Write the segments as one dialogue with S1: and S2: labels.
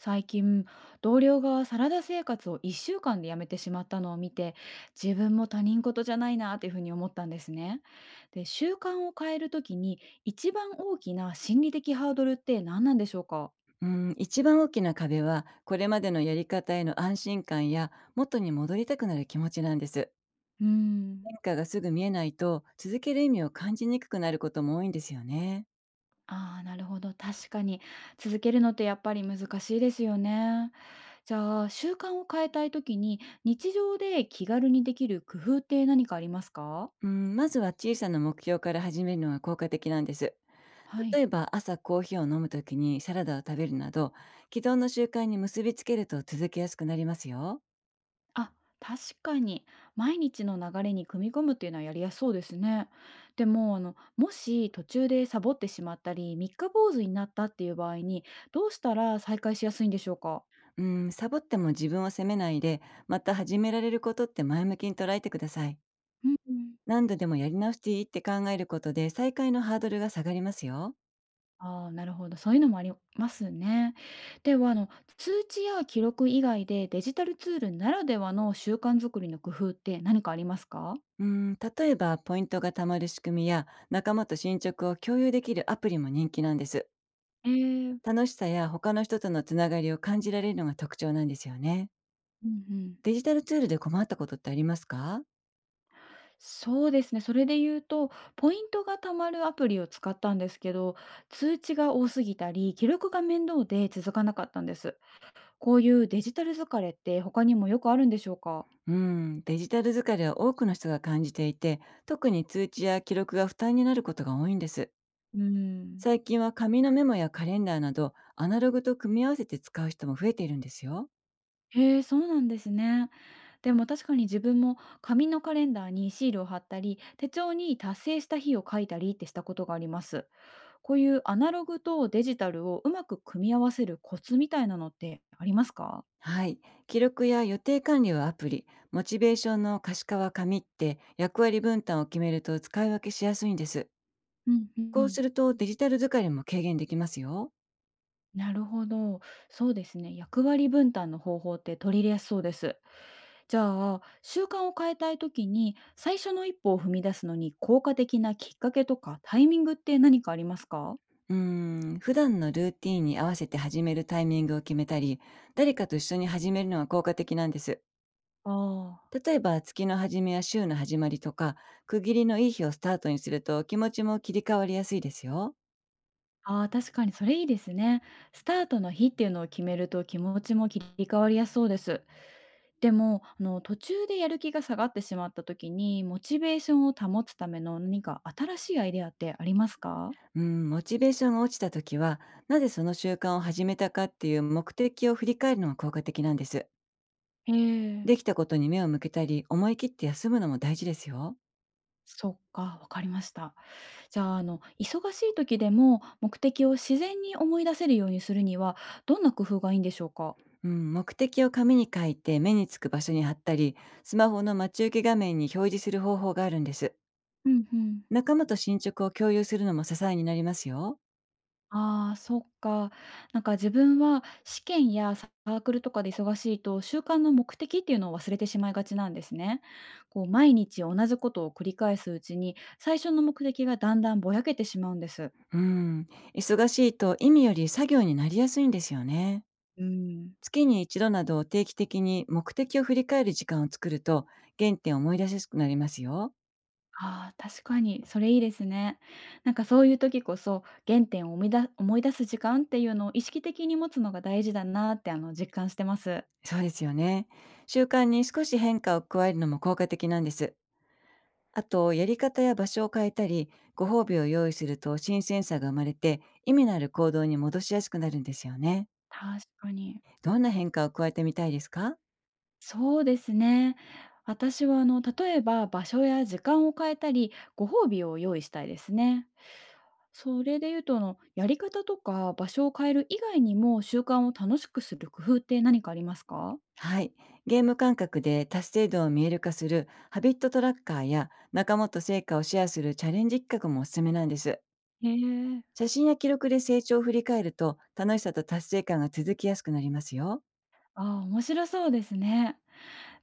S1: 最近同僚がサラダ生活を1週間でやめてしまったのを見て、自分も他人事じゃないなっていうふうに思ったんですね。で、習慣を変えるときに一番大きな心理的ハードルって何なんでしょうか？
S2: うん、一番大きな壁は、これまでのやり方への安心感や、元に戻りたくなる気持ちなんです。
S1: うーん、
S2: 変化がすぐ見えないと、続ける意味を感じにくくなることも多いんですよね。
S1: ああ、ーなるほど、確かに続けるのってやっぱり難しいですよね。じゃあ、習慣を変えたいときに日常で気軽にできる工夫って何かありますか？
S2: うん、まずは小さな目標から始めるのが効果的なんです。
S1: は
S2: 例
S1: い。
S2: えば、朝コーヒーを飲むときにサラダを食べるなど、既存の習慣に結びつけると続けやすくなりますよ。
S1: あ、確かに。毎日の流れに組み込むっていうのはやりやすそうですね。でも、もし途中でサボってしまったり、三日坊主になったっていう場合に、どうしたら再開しやすいんでしょうか？
S2: うん、サボっても自分を責めないで、また始められることって前向きに捉えてください。
S1: うんうん。
S2: 何度でもやり直していいって考えることで再開のハードルが下がりますよ。
S1: ああ、なるほど。そういうのもありますね。では、通知や記録以外でデジタルツールならではの習慣作りの工夫って何かありますか？
S2: うん、例えばポイントが貯まる仕組みや仲間と進捗を共有できるアプリも人気なんです。
S1: ええ。
S2: 楽しさや他の人とのつながりを感じられるのが特徴なんですよね。
S1: うんうん。
S2: デジタルツールで困ったことってありますか？
S1: そうですね、それで言うと、ポイントが貯まるアプリを使ったんですけど、通知が多すぎたり、記録が面倒で続かなかったんです。こういうデジタル疲れって他にもよくあるんでしょうか？
S2: うん、デジタル疲れは多くの人が感じていて、特に通知や記録が負担になることが多いんです。
S1: うん、
S2: 最近は紙のメモやカレンダーなどアナログと組み合わせて使う人も増えているんですよ。
S1: へえ、そうなんですね。でも確かに自分も紙のカレンダーにシールを貼ったり、手帳に達成した日を書いたりってしたことがあります。こういうアナログとデジタルをうまく組み合わせるコツみたいなのってありますか？
S2: はい。記録や予定管理はアプリ、モチベーションの可視化は紙って役割分担を決めると使い分けしやすいんです。
S1: うんう
S2: こう
S1: ん。
S2: するとデジタル疲れも軽減できますよ。
S1: なるほど。そうですね。役割分担の方法って取り入れやすそうです。じゃあ、習慣を変えたいときに、最初の一歩を踏み出すのに効果的なきっかけとかタイミングって何かありますか？
S2: うーん、普段のルーティンに合わせて始めるタイミングを決めたり、誰かと一緒に始めるのは効果的なんです。
S1: ああ、
S2: 例えば月の初めや週の始まりとか、区切りのいい日をスタートにすると気持ちも切り替わりやすいですよ。
S1: あーあー、確かにそれいいですね。スタートの日っていうのを決めると気持ちも切り替わりやすそうです。でも、あの途中でやる気が下がってしまったときに、モチベーションを保つための何か新しいアイデアってありますか？
S2: うん、モチベーションが落ちた時は、なぜその習慣を始めたかっていう目的を振り返るのが効果的なんです。
S1: へえ。
S2: できたことに目を向けたり、思い切って休むのも大事ですよ。
S1: そっか、わかりました。じゃあ、忙しい時でも目的を自然に思い出せるようにするには、どんな工夫がいいんでしょうか？
S2: うん、目的を紙に書いて目につく場所に貼ったり、スマホの待ち受け画面に表示する方法があるんです。
S1: うんうん。
S2: 仲間と進捗を共有するのも支えになりますよ。
S1: ああ、そっか。なんか自分は試験やサークルとかで忙しいと、習慣の目的っていうのを忘れてしまいがちなんですね。こう毎日同じことを繰り返すうちに、最初の目的がだんだんぼやけてしまうんです。
S2: うん、忙しいと意味より作業になりやすいんですよね。
S1: うーん。
S2: 月に一度など定期的に目的を振り返る時間を作ると、原点を思い出しやすくなりますよ。
S1: ああ、確かに、それいいですね。なんかそういう時こそ、原点を思い出す時間っていうのを意識的に持つのが大事だなって、実感してます。
S2: そうですよね。習慣に少し変化を加えるのも効果的なんです。あと、やり方や場所を変えたり、ご褒美を用意すると新鮮さが生まれて、意味のある行動に戻しやすくなるんですよね。
S1: 確かに。
S2: どんな変化を加えてみたいですか？
S1: そうですね。私は、例えば場所や時間を変えたり、ご褒美を用意したいですね。それで言うと、やり方とか場所を変える以外にも、習慣を楽しくする工夫って何かありますか？
S2: はい。ゲーム感覚で達成度を見える化するハビットトラッカーや、仲間と成果をシェアするチャレンジ企画もおすすめなんです。
S1: へえ。
S2: 写真や記録で成長を振り返ると、楽しさと達成感が続きやすくなりますよ。
S1: ああ、面白そうですね。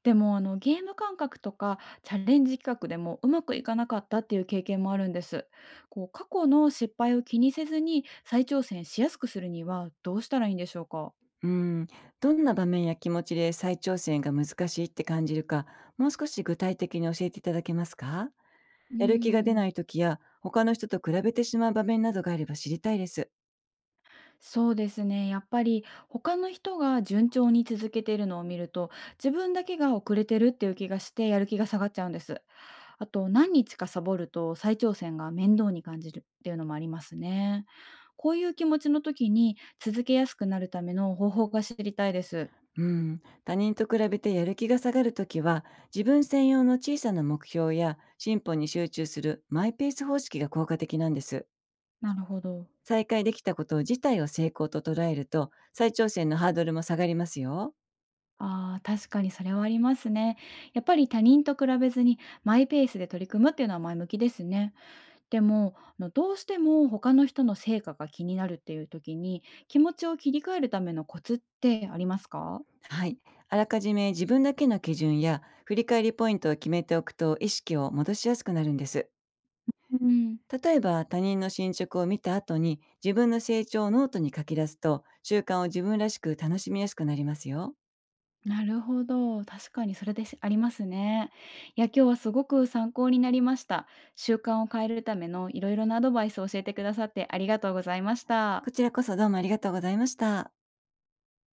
S1: でも、あのゲーム感覚とかチャレンジ企画でもうまくいかなかったっていう経験もあるんです。こう過去の失敗を気にせずに再挑戦しやすくするにはどうしたらいいんでしょうか？
S2: うん。どんな場面や気持ちで再挑戦が難しいって感じるか、もう少し具体的に教えていただけますか？
S1: うー
S2: やる気が出な
S1: ん、
S2: い時や他の人と比べてしまう場面などがあれば知りたいです。
S1: そうですね。やっぱり他の人が順調に続けてるのを見ると、自分だけが遅れてるっていう気がしてやる気が下がっちゃうんです。あと何日かサボると再挑戦が面倒に感じるっていうのもありますね。こういう気持ちの時に続けやすくなるための方法が知りたいです。
S2: うん、他人と比べてやる気が下がるときは、自分専用の小さな目標や進歩に集中するマイペース方式が効果的なんです。
S1: なるほど。
S2: 再開できたこと自体を成功と捉えると、再挑戦のハードルも下がりますよ。
S1: ああ、確かにそれはありますね。やっぱり他人と比べずにマイペースで取り組むっていうのは前向きですね。でも、どうしても他の人の成果が気になるっていう時に、気持ちを切り替えるためのコツってありますか？
S2: はい。あらかじめ自分だけの基準や振り返りポイントを決めておくと、意識を戻しやすくなるんです。
S1: うん。
S2: 例えば他人の進捗を見た後に自分の成長をノートに書き出すと、習慣を自分らしく楽しみやすくなりますよ。
S1: なるほど、確かにそれです、ありますね。いや、今日はすごく参考になりました。習慣を変えるためのいろいろなアドバイスを教えてくださってありがとうございました。
S2: こちらこそどうもありがとうございました。